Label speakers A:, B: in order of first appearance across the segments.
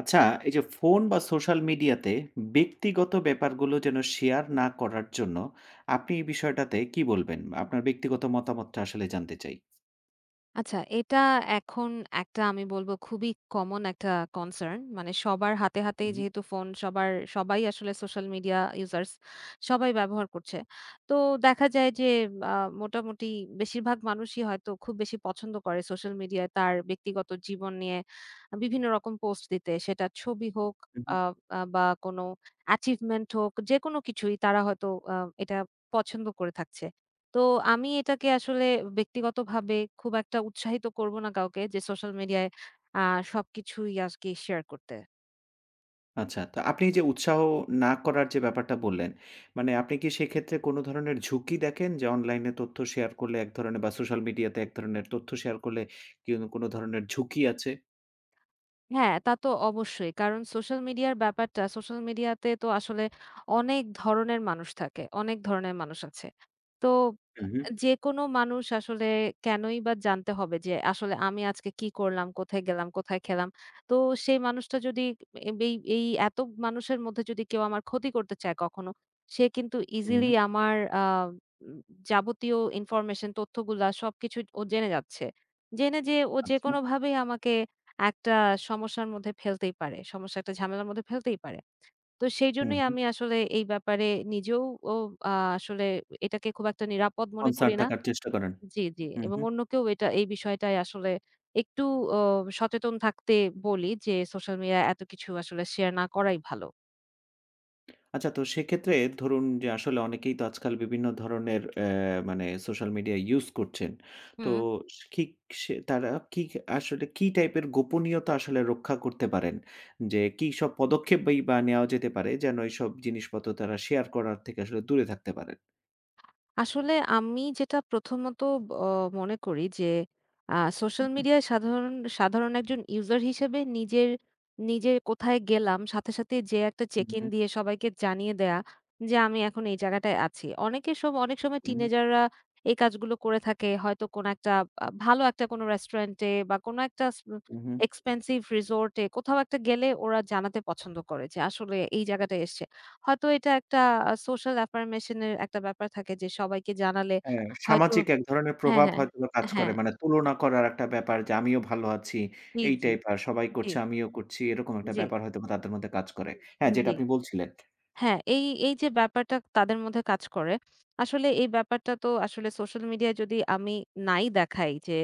A: আচ্ছা, এই যে ফোন বা সোশ্যাল মিডিয়াতে ব্যক্তিগত ব্যাপারগুলো যেন শেয়ার না করার জন্য আপনি এই বিষয়টাতে কি বলবেন? আপনার ব্যক্তিগত মতামতটা আসলে জানতে চাই।
B: আচ্ছা, এটা এখন একটা আমি বলব খুবই কমন একটা কনসার্ন। মানে সবার হাতে,
A: হু,
B: হাতেই
A: হু,
B: যেহেতু ফোন সবাই আসলে সোশ্যাল মিডিয়া ইউজার্স সবাই ব্যবহার করছে। তো দেখা যায় যে আ মোটামুটি বেশিরভাগ মানুষই হয়তো খুব বেশি পছন্দ করে সোশ্যাল মিডিয়ায় তার ব্যক্তিগত জীবন নিয়ে বিভিন্ন রকম পোস্ট দিতে। সেটা ছবি হোক
A: হু, হু।
B: আ আ বা কোনো অ্যাচিভমেন্ট হোক যেকোনো কিছুই তারা হয়তো আ এটা পছন্দ করে থাকছে। তো আমি এটাকে আসলে ব্যক্তিগতভাবে খুব একটা উৎসাহিত করব না কাউকে যে সোশ্যাল মিডিয়ায় আ সবকিছুই আজকে শেয়ার করতে।
A: আচ্ছা, তো আপনি এই যে উৎসাহ না করার যে ব্যাপারটা বললেন, মানে আপনি কি সেক্ষেত্রে কোনো ধরনের ঝুঁকি দেখেন যে অনলাইনে তথ্য শেয়ার করলে এক ধরনের বা সোশ্যাল মিডিয়াতে এক ধরনের তথ্য শেয়ার করলে কি কোনো কোনো ধরনের ঝুঁকি আছে?
B: হ্যাঁ, তা তো অবশ্যই। কারণ সোশ্যাল মিডিয়ার ব্যাপারটা সোশ্যাল মিডিয়াতে তো আসলে অনেক ধরনের মানুষ থাকে। অনেক ধরনের মানুষ আছে। তো
A: হু, হু,
B: যেকোনো মানুষ আসলে কেনই বা জানতে হবে যে আসলে আমি আজকে কি করলাম, কোথায় গেলাম, কোথায় খেলাম। তো সেই মানুষটা যদি এ এই এই এত মানুষের মধ্যে যদি কেউ আমার ক্ষতি করতে চায় কখনো, সে কিন্তু
A: হু,
B: ইজিলি
A: হু।
B: আমার আ উম যাবতীয় ইনফরমেশন তথ্যগুলা সবকিছু ও জেনে যাচ্ছে। জেনে যেয়ে ও
A: আচ্ছা।
B: যেকোনোভাবেই আমাকে একটা সমস্যার মধ্যে ফেলতেই পারে। সমস্যা একটা ঝামেলার মধ্যে ফেলতেই পারে। তো
A: হুম,
B: সেইজন্যই
A: হুম।
B: আমি আসলে এই ব্যাপারে নিজেও ও আ আসলে এটাকে খুব একটা নিরাপদ মনে
A: কনসার্ন
B: করি না।
A: থাকার চেষ্টা করেন।
B: জি, জি।
A: হু,
B: এবং
A: হু।
B: অন্যকেও এটা এই বিষয়টায় আসলে একটু অ সচেতন থাকতে বলি যে সোশ্যাল মিডিয়ায় এত কিছু আসলে শেয়ার না করাই ভালো।
A: আচ্ছা, তো সেক্ষেত্রে ধরুন যে আসলে অনেকেই তো আজকাল বিভিন্ন ধরনের মানে সোশ্যাল মিডিয়া ইউজ করছেন। তো
B: হুম।
A: ঠিক সে তারা কি আসলে কি টাইপের গোপনীয়তা আসলে রক্ষা করতে পারেন? যে কি সব পদক্ষেপই বা বা নেওয়া যেতে পারে যেন এইসব জিনিসপত্র তারা শেয়ার করার থেকে আসলে দূরে থাকতে পারেন?
B: আসলে আমি যেটা প্রথমত অ মনে করি যে আ সোশ্যাল
A: হু,
B: মিডিয়ায় সাধারণ সাধারণ একজন ইউজার হিসেবে নিজের নিজে কোথায় গেলাম সাথে যেয়ে একটা
A: হু,
B: চেক ইন
A: হু,
B: দিয়ে সবাইকে জানিয়ে দেয়া যে আমি এখন এই জায়গাটায় আছি। অনেকের সম অনেক সময়
A: হু,
B: টিনেজাররা এই কাজগুলো করে থাকে। হয়তো কোনো একটা ভালো একটা কোনো রেস্টুরেন্টে বা কোনো একটা স
A: হু, হু।
B: এক্সপেন্সিভ রিসোর্ট এ কোথাও একটা গেলে ওরা জানাতে পছন্দ করে যে আসলে এই জায়গাটায় এসছে। হয়তো এটা একটা সোশ্যাল অ্যাফার্মেশন এর একটা ব্যাপার থাকে যে সবাইকে জানালে
A: হ্যাঁ,
B: হয়তো
A: সামাজিক এক ধরনের
B: হ্যাঁ,
A: প্রভাব
B: হ্যাঁ,
A: হয়তোবা কাজ করে।
B: হ্যাঁ,
A: মানে তুলনা করার একটা ব্যাপার যে আমিও ভালো আছি,
B: জি,
A: এই
B: জি,
A: টাইপ আর সবাই
B: জি,
A: করছে আমিও করছি। এরকম একটা
B: জি,
A: ব্যাপার হয়তোবা তাদের মধ্যে কাজ করে। হ্যাঁ, যেটা
B: জি।
A: আপনি বলছিলেন।
B: হ্যাঁ, এই এই যে ব্যাপারটা তাদের মধ্যে কাজ করে, আসলে এই ব্যাপারটা তো আসলে সোশ্যাল মিডিয়ায় যদি আমি নাই দেখাই যে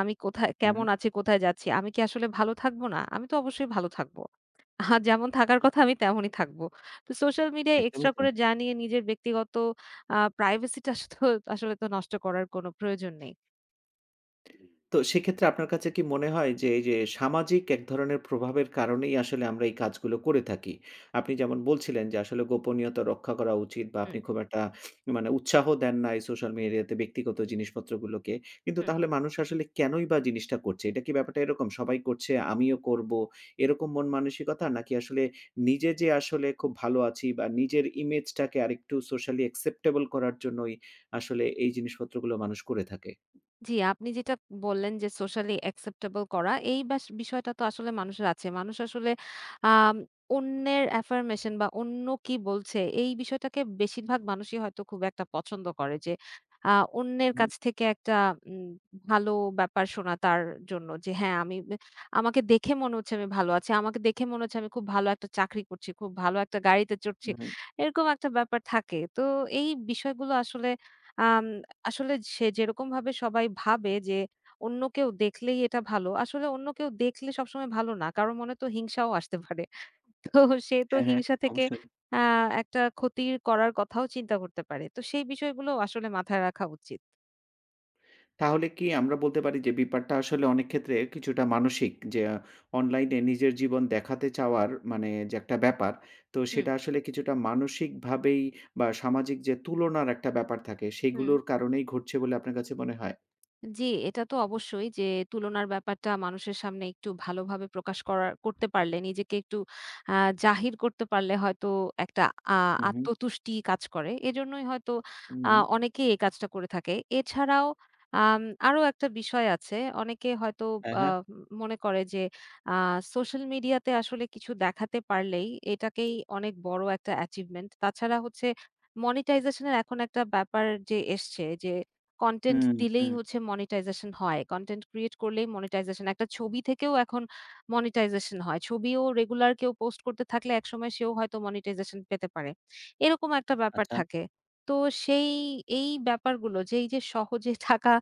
B: আমি কোথায়
A: হুম,
B: কেমন আছি, কোথায় যাচ্ছি, আমি কি আসলে ভালো থাকবো না? আমি তো অবশ্যই ভালো থাকবো। যেমন থাকার কথা আমি তেমনই থাকবো। তো সোশ্যাল মিডিয়ায়
A: একদমই
B: এক্সট্রা
A: তাই।
B: করে জানিয়ে নিজের ব্যক্তিগত প্রাইভেসিটা আসলে তো নষ্ট করার কোনো প্রয়োজন নেই।
A: তো সেক্ষেত্রে আপনার কাছে কি মনে হয় যে এই যে সামাজিক এক ধরনের প্রভাবের কারণেই আসলে আমরা এই কাজগুলো করে থাকি? আপনি যেমন বলছিলেন যে আসলে গোপনীয়তা রক্ষা করা উচিত বা
B: হুম,
A: আপনি খুব একটা মানে উৎসাহ দেন না এই সোশ্যাল মিডিয়াতে ব্যক্তিগত জিনিসপত্রগুলোকে। কিন্তু
B: হুম।
A: তাহলে মানুষ আসলে কেনই বা জিনিসটা করছে? এটা কি ব্যাপারটা এরকম সবাই করছে আমিও করবো এরকম মন মানসিকতা? নাকি আসলে নিজে যে আসলে খুব ভালো আছি বা নিজের ইমেজটাকে আরেকটু সোশ্যালি অ্যাকসেপ্টেবল করার জন্যই আসলে এই জিনিসপত্রগুলো মানুষ করে থাকে?
B: জি, আপনি যেটা বললেন যে সোশ্যালি অ্যাকসেপ্টেবল করা এই বাস বিষয়টা তো আসলে মানুষের আছে। মানুষ আসলে আম অন্যের অ্যাফার্মেশন বা অন্য কি বলছে এই বিষয়টাকে বেশিরভাগ মানুষই হয়তো খুব একটা পছন্দ করে যে আ অন্যের
A: হুম,
B: কাছ থেকে একটা উম ভালো ব্যাপার শোনা তার জন্য যে হ্যাঁ, আমি বে আমাকে দেখে মনে হচ্ছে আমি ভালো আছি। আমাকে দেখে মনে হচ্ছে আমি খুব ভালো একটা চাকরি করছি, খুব ভালো একটা গাড়িতে চড়ছি।
A: হুম।
B: এরকম একটা ব্যাপার থাকে। তো এই বিষয়গুলো আসলে আম আসলে সে যেরকমভাবে সবাই ভাবে যে অন্য কেউ দেখলেই এটা ভালো। আসলে অন্য কেউ দেখলে সবসময় ভালো না। কারো মনে তো হিংসাও আসতে পারে। তো সে তো
A: হ্যাঁ, হ্যাঁ,
B: হিংসা থেকে
A: অবশ্যই।
B: আ একটা ক্ষতির করার কথাও চিন্তা করতে পারে। তো সেই বিষয়গুলো আসলে মাথায় রাখা উচিত।
A: তাহলে কি আমরা বলতে পারি যে ব্যাপারটা আসলে অনেক ক্ষেত্রে কিছুটা মানসিক যে অনলাইনে নিজের জীবন দেখাতে চাওয়ার মানে যে একটা ব্যাপার, তো
B: হুম।
A: সেটা আসলে কিছুটা মানসিকভাবেই বা সামাজিক যে তুলনার একটা ব্যাপার থাকে
B: হুম।
A: সেগুলোর কারণেই ঘটছে বলে আপনার কাছে মনে হয়?
B: জি, এটা তো অবশ্যই যে তুলনার ব্যাপারটা মানুষের সামনে একটু ভালোভাবে প্রকাশ করার করতে পারলে নিজেকে একটু আ জাহির করতে পারলে হয়তো একটা আ
A: হু, হু,
B: আত্মতুষ্টি কাজ করে। এজন্যই হয়তো
A: হু, হু।
B: অনেকেই এই কাজটা করে থাকে। এছাড়াও আম আরো একটা বিষয় আছে। অনেকে হয়তো
A: হ্যাঁ,
B: আ
A: হ্যাঁ।
B: মনে করে যে আ সোশ্যাল মিডিয়াতে আসলে কিছু দেখাতে পারলেই এটাকেই অনেক বড় একটা অ্যাচিভমেন্ট। তাছাড়া হচ্ছে মনিটাইজেশন এর এখন একটা ব্যাপার যে এসছে যে কনটেন্ট
A: হুম,
B: দিলেই
A: হুম।
B: হচ্ছে মনিটাইজেশন হয়। কনটেন্ট ক্রিয়েট করলেই মনিটাইজেশন। একটা ছবি থেকেও এখন মনিটাইজেশন হয়। ছবিও রেগুলার কেউ পোস্ট করতে থাকলে একসময় সেও হয়তো মনিটাইজেশন পেতে পারে। এরকম একটা ব্যাপার
A: আচ্ছা।
B: থাকে। তো সেই এই ব্যাপারগুলো যে এই যে সহজে টাকা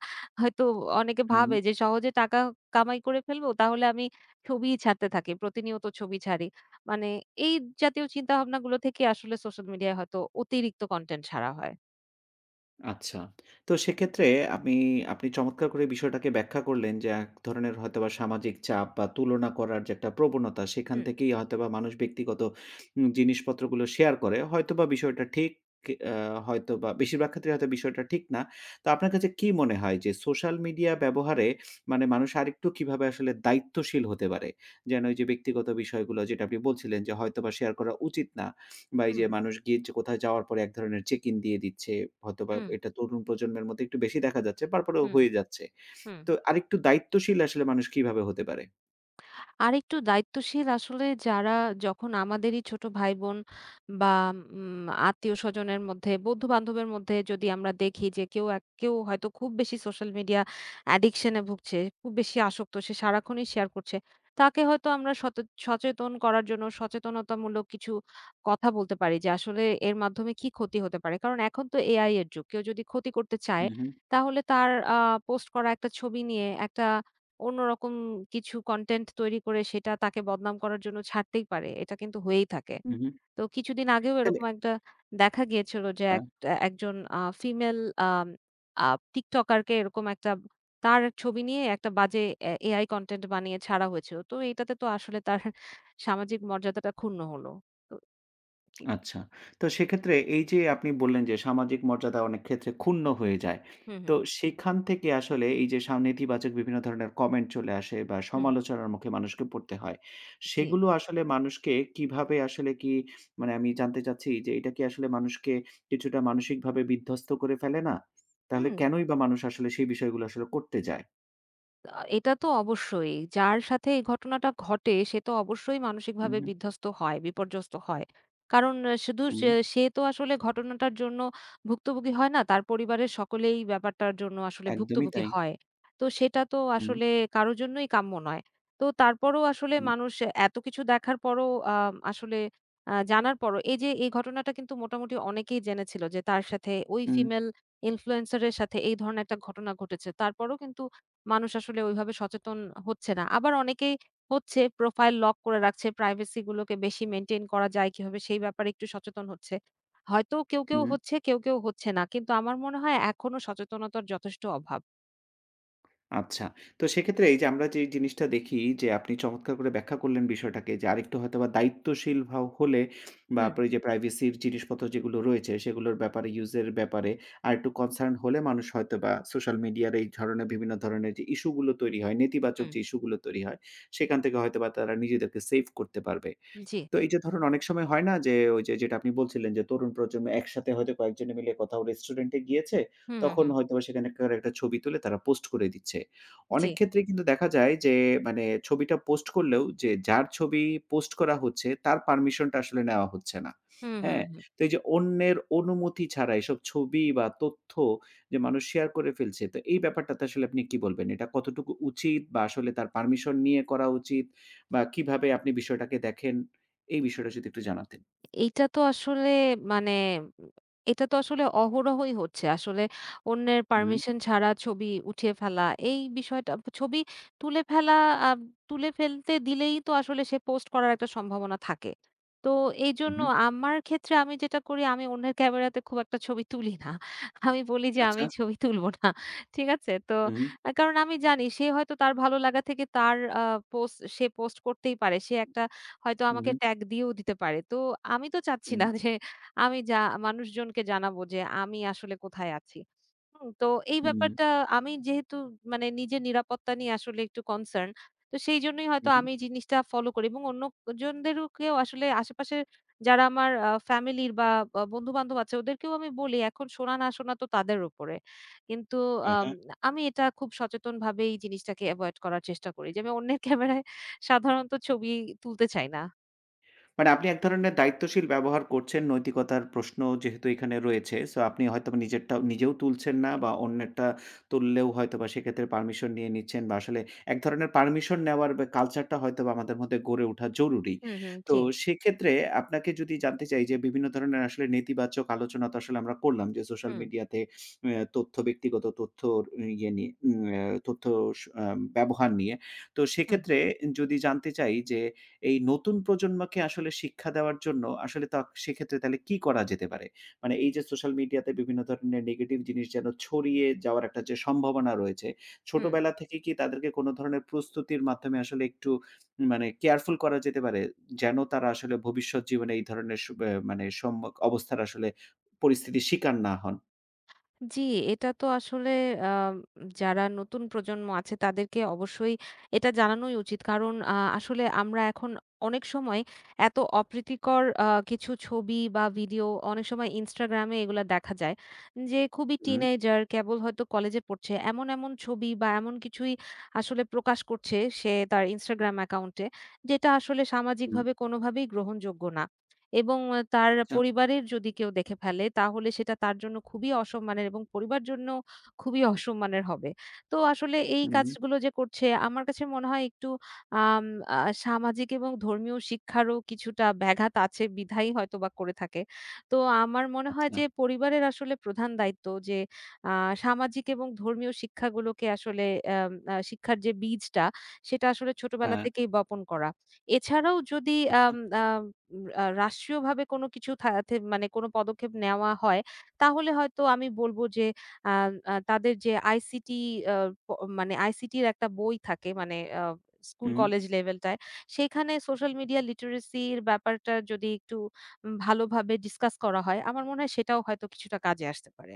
B: হয়তো অনেকে
A: হুম।
B: ভাবে যে সহজে টাকা কামাই করে ফেলবো তাহলে আমি ছবিই ছাড়তে থাকি। প্রতিনিয়ত ছবি ছাড়ি। মানে এই জাতীয় চিন্তাভাবনাগুলো থেকে আসলে সোশ্যাল মিডিয়ায় হয়তো অতিরিক্ত কনটেন্ট ছাড়া হয়।
A: আচ্ছা। তো সেক্ষেত্রে আমি আপনি চমৎকার করে বিষয়টাকে ব্যাখ্যা করলেন যে, এক ধরনের হয়তোবা সামাজিক চাপ বা তুলনা করার যে একটা প্রবণতা, সেখান
B: হুম,
A: থেকেই হয়তোবা মানুষ ব্যক্তিগত জিনিসপত্রগুলো শেয়ার করে। আ হয়তোবা বেশিরভাগ ক্ষেত্রে হয়তো বিষয়টা ঠিক না। তো আপনার কাছে কি মনে হয় যে সোশ্যাল মিডিয়া ব্যবহারে মানে মানুষ আরেকটু কিভাবে আসলে দায়িত্বশীল হতে পারে? যেন ওই যে ব্যক্তিগত বিষয়গুলো যেটা আপনি বলছিলেন যে হয়তোবা শেয়ার করা উচিত না। বা এই
B: হুম,
A: যে মানুষ গিয়ে যে কোথাও যাওয়ার পরে এক ধরনের চেক-ইন দিয়ে দিচ্ছে। হয়তোবা
B: হুম,
A: এটা তরুণ প্রজন্মের মধ্যে একটু বেশি দেখা যাচ্ছে। তারপরেও
B: হুম,
A: হয়ে যাচ্ছে।
B: হুম।
A: তো আরেকটু দায়িত্বশীল আসলে মানুষ কিভাবে হতে পারে?
B: আরেকটু দায়িত্বশীল আসলে যারা যখন আমাদেরই ছোট ভাই-বোন বা আত্মীয়স্বজনের মধ্যে, বন্ধু-বান্ধবের মধ্যে যদি আমরা দেখি যে কেউ হয়তো খুব বেশি সোশ্যাল মিডিয়া অ্যাডিকশন এ ভুগছে, খুব বেশি আসক্ত, সে সারাক্ষণই শেয়ার করছে। তাকে হয়তো আমরা সচেতন করার জন্য সচেতনতামূলক কিছু কথা বলতে পারি যে আসলে এর মাধ্যমে কি ক্ষতি হতে পারে। কারণ এখন তো এআই এর যুগ। কেউ যদি ক্ষতি করতে
A: হু,
B: চায়
A: হু, হুম।
B: তাহলে তার পোস্ট করা একটা ছবি নিয়ে একটা অন্যরকম কিছু কনটেন্ট তৈরি করে সেটা তাকে বদনাম করার জন্য ছাড়তেই পারে। এটা কিন্তু হয়েই থাকে।
A: হু, হু।
B: তো কিছুদিন আগেও
A: তাহলে
B: এরকম একটা দেখা গিয়েছিল যে একজন ফিমেল আম আ টিকটকারকে এরকম একটা তার ছবি নিয়ে একটা বাজে এআই কনটেন্ট বানিয়ে ছাড়া হয়েছিল। তো এটাতে তো আসলে তার সামাজিক মর্যাদাটা ক্ষুণ্ণ হলো। তো কি
A: আচ্ছা। তো সেক্ষেত্রে এই যে আপনি বললেন যে সামাজিক মর্যাদা অনেক ক্ষেত্রে ক্ষুণ্ণ হয়ে যায়।
B: হুম, হুম,
A: তো সেখান থেকে আসলে এই যে নেতিবাচক বিভিন্ন ধরনের কমেন্ট চলে আসে বা
B: হুম,
A: সমালোচনার মুখে মানুষকে পড়তে হয়।
B: জি।
A: সেগুলো আসলে মানুষকে কিভাবে আসলে কি মানে আমি জানতে চাচ্ছি যে এটা কি আসলে মানুষকে কিছুটা মানসিকভাবে বিধ্বস্ত করে ফেলে না? তাহলে
B: হুম।
A: কেনই বা মানুষ আসলে সেই বিষয়গুলো আসলে করতে যায়?
B: এটা তো অবশ্যই। যার সাথে এই ঘটনাটা ঘটে সে তো অবশ্যই মানসিকভাবে
A: উহু,
B: বিধ্বস্ত হয়, বিপর্যস্ত হয়। কারণ আ, শুধু সে
A: উহু,
B: সে তো আসলে ঘটনাটার জন্য ভুক্তভোগী হয় না। তার পরিবারের সকলেই ব্যাপারটার জন্য আসলে
A: একদমই
B: ভুক্তভোগী
A: তাই।
B: হয়। তো সেটা তো
A: উহু,
B: আসলে কারো জন্যই কাম্য নয়। তো তারপরও আসলে
A: হু,
B: মানুষ এত কিছু দেখার পরও আ আসলে আ জানার পরও এই যে এই ঘটনাটা কিন্তু মোটামুটি অনেকেই জেনেছিল যে তার সাথে ওই
A: হু,
B: ফিমেল ইনফ্লুয়েন্সার এর সাথে এই ধরনের একটা ঘটনা ঘটেছে। তারপরও কিন্তু মানুষ আসলে ওইভাবে সচেতন হচ্ছে না। আবার অনেকেই হচ্ছে প্রোফাইল লক করে রাখছে, প্রাইভেসি গুলোকে বেশি মেইনটেইন করা যায় কিভাবে সেই ব্যাপারে একটু সচেতন হচ্ছে। হয়তো কেউ
A: হু।
B: হচ্ছে, কেউ হচ্ছে না। কিন্তু আমার মনে হয় এখনো সচেতনতার যথেষ্ট অভাব।
A: আচ্ছা। তো সেক্ষেত্রে এই যে আমরা যে জিনিসটা দেখি যে আপনি চমৎকার করে ব্যাখ্যা করলেন বিষয়টাকে যে আরেকটু হয়তোবা দায়িত্বশীল হলে বা
B: হুম,
A: আপনার এই যে প্রাইভেসির জিনিসপত্র যেগুলো রয়েছে সেগুলোর ব্যাপারে ইউজের ব্যাপারে আরেকটু কনসার্ন হলে মানুষ হয়তোবা সোশ্যাল মিডিয়ার এই ধরনের বিভিন্ন ধরনের যে ইস্যু গুলো তৈরি হয়, নেতিবাচক
B: হুম,
A: যে ইস্যু গুলো তৈরি হয় সেখান থেকে হয়তোবা তারা নিজেদেরকে সেভ করতে পারবে।
B: জি।
A: তো এই যে ধরুন অনেক সময় হয় না যে ওই যে যেটা আপনি বলছিলেন যে তরুণ প্রজন্ম একসাথে হয়তো কয়েকজনে মিলে কোথাও রেস্টুরেন্টে গিয়েছে,
B: হুম, হুম,
A: তখন
B: হুম।
A: হয়তোবা সেখানকার একটা ছবি তুলে তারা পোস্ট করে দিচ্ছে।
B: জি।
A: অনেক ক্ষেত্রেই কিন্তু দেখা যায় যে মানে ছবিটা পোস্ট করলেও যে যার ছবি পোস্ট করা হচ্ছে তার পারমিশনটা আসলে নেওয়া হচ্ছে না।
B: হুম, হুম,
A: হ্যাঁ?
B: হুম।
A: তো এই যে অন্যের অনুমতি ছাড়া এসব ছবি বা তথ্য যে মানুষ শেয়ার করে ফেলছে, তো এই ব্যাপারটাতে আসলে আপনি কি বলবেন? এটা কতটুকু উচিত বা আসলে তার পারমিশন নিয়ে করা উচিত বা কিভাবে আপনি বিষয়টাকে দেখেন? এই বিষয়টা যদি একটু জানাতেন।
B: এইটা তো আসলে মানে এটা তো আসলে অহরহই হচ্ছে। আসলে অন্যের
A: হুম,
B: পারমিশন ছাড়া ছবি উঠিয়ে ফেলা, এই বিষয়টা ছবি তুলে ফেলা আ তুলে ফেলতে দিলেই তো আসলে সে পোস্ট করার একটা সম্ভাবনা থাকে। তো এইজন্য
A: হুম,
B: আমার ক্ষেত্রে আমি যেটা করি আমি অন্যের ক্যামেরাতে খুব একটা ছবি তুলি না। আমি বলি যে আমি
A: আচ্ছা।
B: ছবি তুলব না। ঠিক আছে? তো
A: হুম, হুম,
B: আহ, কারণ আমি জানি সে হয়তো তার ভালো লাগা থেকে তার আ পোস্ট সে পোস্ট করতেই পারে। সে একটা হয়তো
A: হুম,
B: আমাকে ট্যাগ দিয়েও দিতে পারে। তো আমি তো চাচ্ছি
A: হুম,
B: না যে আমি যা মানুষজনকে জানাবো যে আমি আসলে কোথায় আছি। হুম, তো এই
A: হুম,
B: ব্যাপারটা আমি যেহেতু মানে নিজের নিরাপত্তা নিয়ে আসলে একটু কনসার্ন তো সেই জন্যই হয়তো
A: হুম,
B: আমি এই জিনিসটা ফলো করি এবং অন্যজনদেরকেও আসলে আশেপাশে যারা আমার ফ্যামিলির বা বন্ধু-বান্ধব আছে ওদেরকেও আমি বলি এখন শোনা না শোনা তো তাদের উপরে। কিন্তু
A: হ্যাঁ,
B: আম
A: হ্যাঁ।
B: আমি এটা খুব সচেতনভাবে এই জিনিসটাকে এভয়েড করার চেষ্টা করি যে আমি অন্যের ক্যামেরায় সাধারণত ছবি তুলতে চাই না।
A: মানে আপনি এক ধরনের দায়িত্বশীল ব্যবহার করছেন। নৈতিকতার প্রশ্ন যেহেতু এখানে রয়েছে। সো আপনি হয়তোবা নিজেরটাও নিজেও তুলছেন না বা অন্যেরটা তুললেও হয়তোবা সেক্ষেত্রে পারমিশন নিয়ে নিচ্ছেন বা আসলে এক ধরনের পারমিশন নেওয়ার কালচারটা হয়তোবা আমাদের মধ্যে গড়ে ওঠা জরুরি।
B: হুম, হুম।
A: তো
B: জি।
A: সেক্ষেত্রে আপনাকে যদি জানতে চাই যে বিভিন্ন ধরনের আসলে নেতিবাচক আলোচনা তো আসলে আমরা করলাম যে সোশ্যাল
B: হুম,
A: মিডিয়াতে তথ্য ব্যক্তিগত তথ্যর নিয়ে উম অ্যা তথ্য স আ ব্যবহার নিয়ে। তো
B: হুম,
A: সেক্ষেত্রে যদি জানতে চাই যে এই নতুন প্রজন্মকে আসলে শিক্ষা দেওয়ার জন্য আসলে সেক্ষেত্রে তাহলে কি করা যেতে পারে? মানে এই যে সোশ্যাল মিডিয়াতে বিভিন্ন ধরনের নেগেটিভ জিনিস যেন ছড়িয়ে যাওয়ার একটা যে সম্ভাবনা রয়েছে,
B: হুম।
A: ছোটবেলা থেকে কি তাদেরকে কোনো ধরনের প্রস্তুতির মাধ্যমে আসলে একটু মানে কেয়ারফুল করা যেতে পারে? যেন তারা আসলে ভবিষ্যৎ জীবনে এই ধরনের সু ব্যা মানে সম্মুখ অবস্থার আসলে পরিস্থিতির শিকার না হন।
B: জি, এটা তো আসলে আ যারা নতুন প্রজন্ম আছে তাদেরকে অবশ্যই এটা জানানোই উচিত। কারণ আসলে আমরা এখন অনেক সময় এত অপ্রীতিকর কিছু ছবি বা ভিডিও অনেক সময় Instagram এ এগুলা দেখা যায়। যে খুবই
A: হুম,
B: টিনেজার কেবল হয়তো কলেজে পড়ছে। এমন ছবি বা এমন কিছুই আসলে প্রকাশ করছে সে তার Instagram অ্যাকাউন্টে যেটা আসলে
A: হুম,
B: সামাজিকভাবে কোনোভাবেই গ্রহণযোগ্য না। এবং তার
A: আচ্ছা,
B: পরিবারের যদি কেউ দেখে ফেলে তাহলে সেটা তার জন্য খুবই অসম্মানের এবং পরিবার জন্য খুবই অসম্মানের হবে। তো আসলে এই
A: হুম,
B: কাজগুলো যে করছে আমার কাছে মনে হয় একটু আম আ সামাজিক এবং ধর্মীয় শিক্ষারও কিছুটা ব্যাঘাত আছে বিধায় হয়তোবা করে থাকে। তো আমার মনে হয়
A: আচ্ছা,
B: যে পরিবারের আসলে প্রধান দায়িত্ব যে আ সামাজিক এবং ধর্মীয় শিক্ষাগুলোকে আসলে আম আ শিক্ষার যে বীজটা সেটা আসলে ছোটবেলা
A: হ্যাঁ,
B: থেকেই বপন করা। এছাড়াও যদি
A: আচ্ছা,
B: আম আ আ রাষ্ট্রীয়ভাবে কোনো কিছু থা থে মানে কোনো পদক্ষেপ নেওয়া হয়, তাহলে হয়তো আমি বলব যে আ আ তাদের যে আইসিটি আ প মানে আইসিটির একটা বই থাকে মানে স্কুল
A: হুম।
B: কলেজ লেভেলটায়। সেখানে সোশ্যাল মিডিয়া লিটারেসির ব্যাপারটা যদি একটু ভালোভাবে ডিসকাস করা হয়, আমার মনে হয় সেটাও হয়তো কিছুটা কাজে আসতে পারে।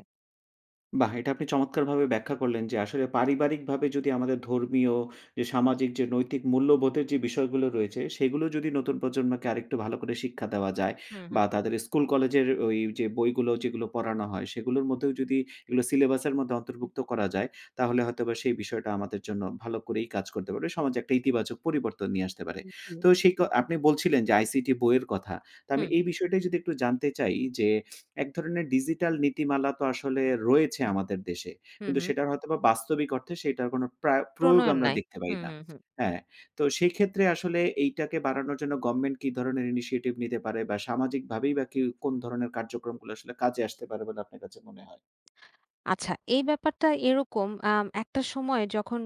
A: বাহ! এটা আপনি চমৎকারভাবে ব্যাখ্যা করলেন যে আসলে পারিবারিকভাবে যদি আমাদের ধর্মীয় যে সামাজিক যে নৈতিক মূল্যবোধের যে বিষয়গুলো রয়েছে, সেগুলো যদি নতুন প্রজন্মকে আরেকটু ভালো করে শিক্ষা দেওয়া যায়
B: হুম,
A: বা
B: হুম।
A: তাদের স্কুল কলেজের ওই যে বইগুলো যেগুলো পড়ানো হয় সেগুলোর মধ্যেও যদি এগুলো সিলেবাসের মধ্যে অন্তর্ভুক্ত করা যায়, তাহলে হয়তোবা সেই বিষয়টা আমাদের জন্য ভালো করেই কাজ করতে পারে। সমাজে একটা ইতিবাচক পরিবর্তন নিয়ে আসতে পারে। তো
B: হুম।
A: সেই আপনি বলছিলেন যে আইসিটি বইয়ের কথা। তো আমি
B: হুম,
A: এই বিষয়টাই যদি একটু জানতে চাই যে এক ধরনের ডিজিটাল নীতিমালা তো আসলে
B: হুম,
A: রয়েছে
B: হুম।
A: আমাদের দেশে।
B: হুম
A: কিন্তু সেটার হয়তোবা বাস্তবিক অর্থে সেটার কোনো প্রয়োগ
B: প্রণয়ন
A: আমরা
B: নাই।
A: দেখতে পাই
B: হুম,
A: না।
B: হুম, হুম।
A: হ্যাঁ, তো সেক্ষেত্রে আসলে এইটাকে বাড়ানোর জন্য গভর্নমেন্ট কি ধরনের ইনিশিয়েটিভ নিতে পারে বা সামাজিকভাবেই বা কি কোন ধরনের কার্যক্রমগুলো আসলে কাজে আসতে পারে বলে আপনার কাছে মনে হয়?
B: আচ্ছা এই ব্যাপারটা এরকম একটা সময় যখন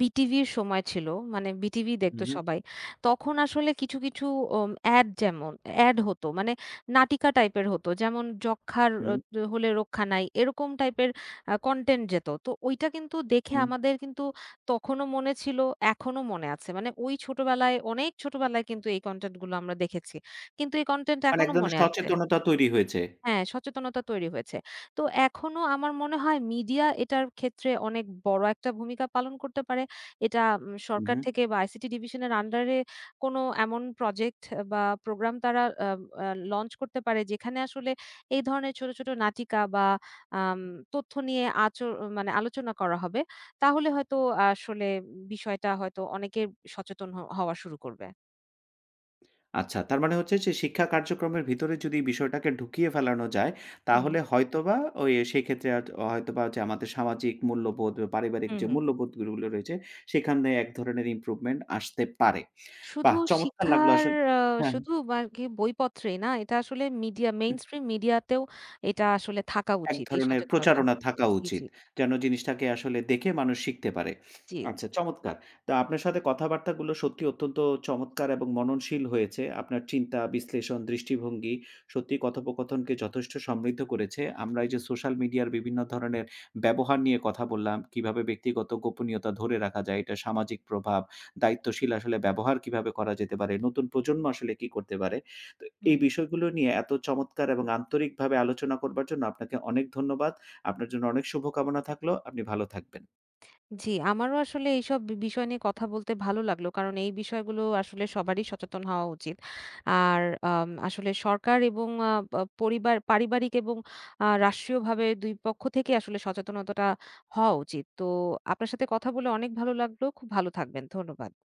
B: বিটিভির সময় ছিল, মানে বিটিভি
A: হু,
B: দেখতো
A: হু,
B: সবাই। তখন আসলে কিছু অ্যাড অ্যাড হতো মানে নাটিকা টাইপের হতো। যেমন যক্ষ্মার
A: হু,
B: হলে রক্ষা নাই এরকম টাইপের কনটেন্ট যেত। তো ওইটা কিন্তু দেখে
A: হু।
B: আমাদের কিন্তু তখনো মনে ছিল, এখনো মনে আছে। মানে ওই ছোটবেলায় অনেক ছোটবেলায় কিন্তু এই কনটেন্ট গুলো আমরা দেখেছি। কিন্তু এই কনটেন্ট
A: মানে এক
B: এখনো
A: ধরনের
B: মনে আছে।
A: সচেতনতা তৈরি হয়েছে।
B: হ্যাঁ, সচেতনতা তৈরি হয়েছে। তো এখনো আমার মনে হয় মিডিয়া এটার ক্ষেত্রে অনেক বড় একটা ভূমিকা পালন করতে পারে। এটা
A: হু,
B: সরকার
A: হু।
B: থেকে বা আইসিটি ডিভিশনের আন্ডারে কোনো এমন প্রজেক্ট বা প্রোগ্রাম তারা আ আ লঞ্চ করতে পারে যেখানে আসলে এই ধরনের ছোট নাটিকা বা আম তথ্য নিয়ে মানে আলোচনা করা হবে। তাহলে হয়তো আসলে বিষয়টা হয়তো অনেকে সচেতন হওয়া শুরু করবে।
A: আচ্ছা, তার মানে হচ্ছে যে শিক্ষা কার্যক্রমের ভিতরে যদি বিষয়টাকে ঢুকিয়ে ফেলানো যায়,
B: হুম,
A: তাহলে হয়তোবা ওই সেক্ষেত্রে হয়তোবা যে আমাদের সামাজিক মূল্যবোধ বা পারিবারিক
B: হুম,
A: যে
B: হুম।
A: মূল্যবোধগুলো রয়েছে, সেখানে এক ধরনের ইমপ্রুভমেন্ট আসতে পারে।
B: শুধু
A: বাহ! চমৎকার লাগলো
B: শিক্ষার
A: আসলে।
B: আ
A: হ্যাঁ।
B: শুধু আরকি বইপত্রেই না, এটা আসলে মিডিয়া মেইনস্ট্রিম মিডিয়াতেও এটা আসলে থাকা
A: এক
B: উচিত এই
A: ধরনের
B: সচেতনতা।
A: প্রচারণা থাকা
B: জি, জি,
A: উচিত। যেন জিনিসটাকে আসলে দেখে মানুষ শিখতে পারে।
B: জি।
A: আচ্ছা, চমৎকার। তো আপনার সাথে কথাবার্তাগুলো সত্যিই অত্যন্ত চমৎকার এবং মননশীল হয়েছে। আপনার চিন্তা, বিশ্লেষণ, দৃষ্টিভঙ্গি সত্যিই কথোপকথনকে যথেষ্ট সমৃদ্ধ করেছে। আমরা এই যে সোশ্যাল মিডিয়ার বিভিন্ন ধরনের ব্যবহার নিয়ে কথা বললাম, কিভাবে ব্যক্তিগত গোপনীয়তা ধরে রাখা যায়, এটা সামাজিক প্রভাব, দায়িত্বশীল আসলে ব্যবহার কিভাবে করা যেতে পারে, নতুন প্রজন্ম আসলে কি করতে পারে। তো
B: হুম।
A: এই বিষয়গুলো নিয়ে এত চমৎকার এবং আন্তরিকভাবে আলোচনা করবার জন্য আপনাকে অনেক ধন্যবাদ। আপনার জন্য অনেক শুভকামনা থাকলো। আপনি ভালো থাকবেন।
B: জি, আমারও আসলে এইসব বিষয় নিয়ে কথা বলতে ভালো লাগলো। কারণ এই বিষয়গুলো আসলে সবারই সচেতন হওয়া উচিত। আর আসলে সরকার এবং আ পা পরিবার পারিবারিক এবং রাষ্ট্রীয়ভাবে ২ পক্ষ থেকে আসলে সচেতনতাটা হওয়া উচিত। তো আপনার সাথে কথা বলে অনেক ভালো লাগলো। খুব ভালো থাকবেন। ধন্যবাদ।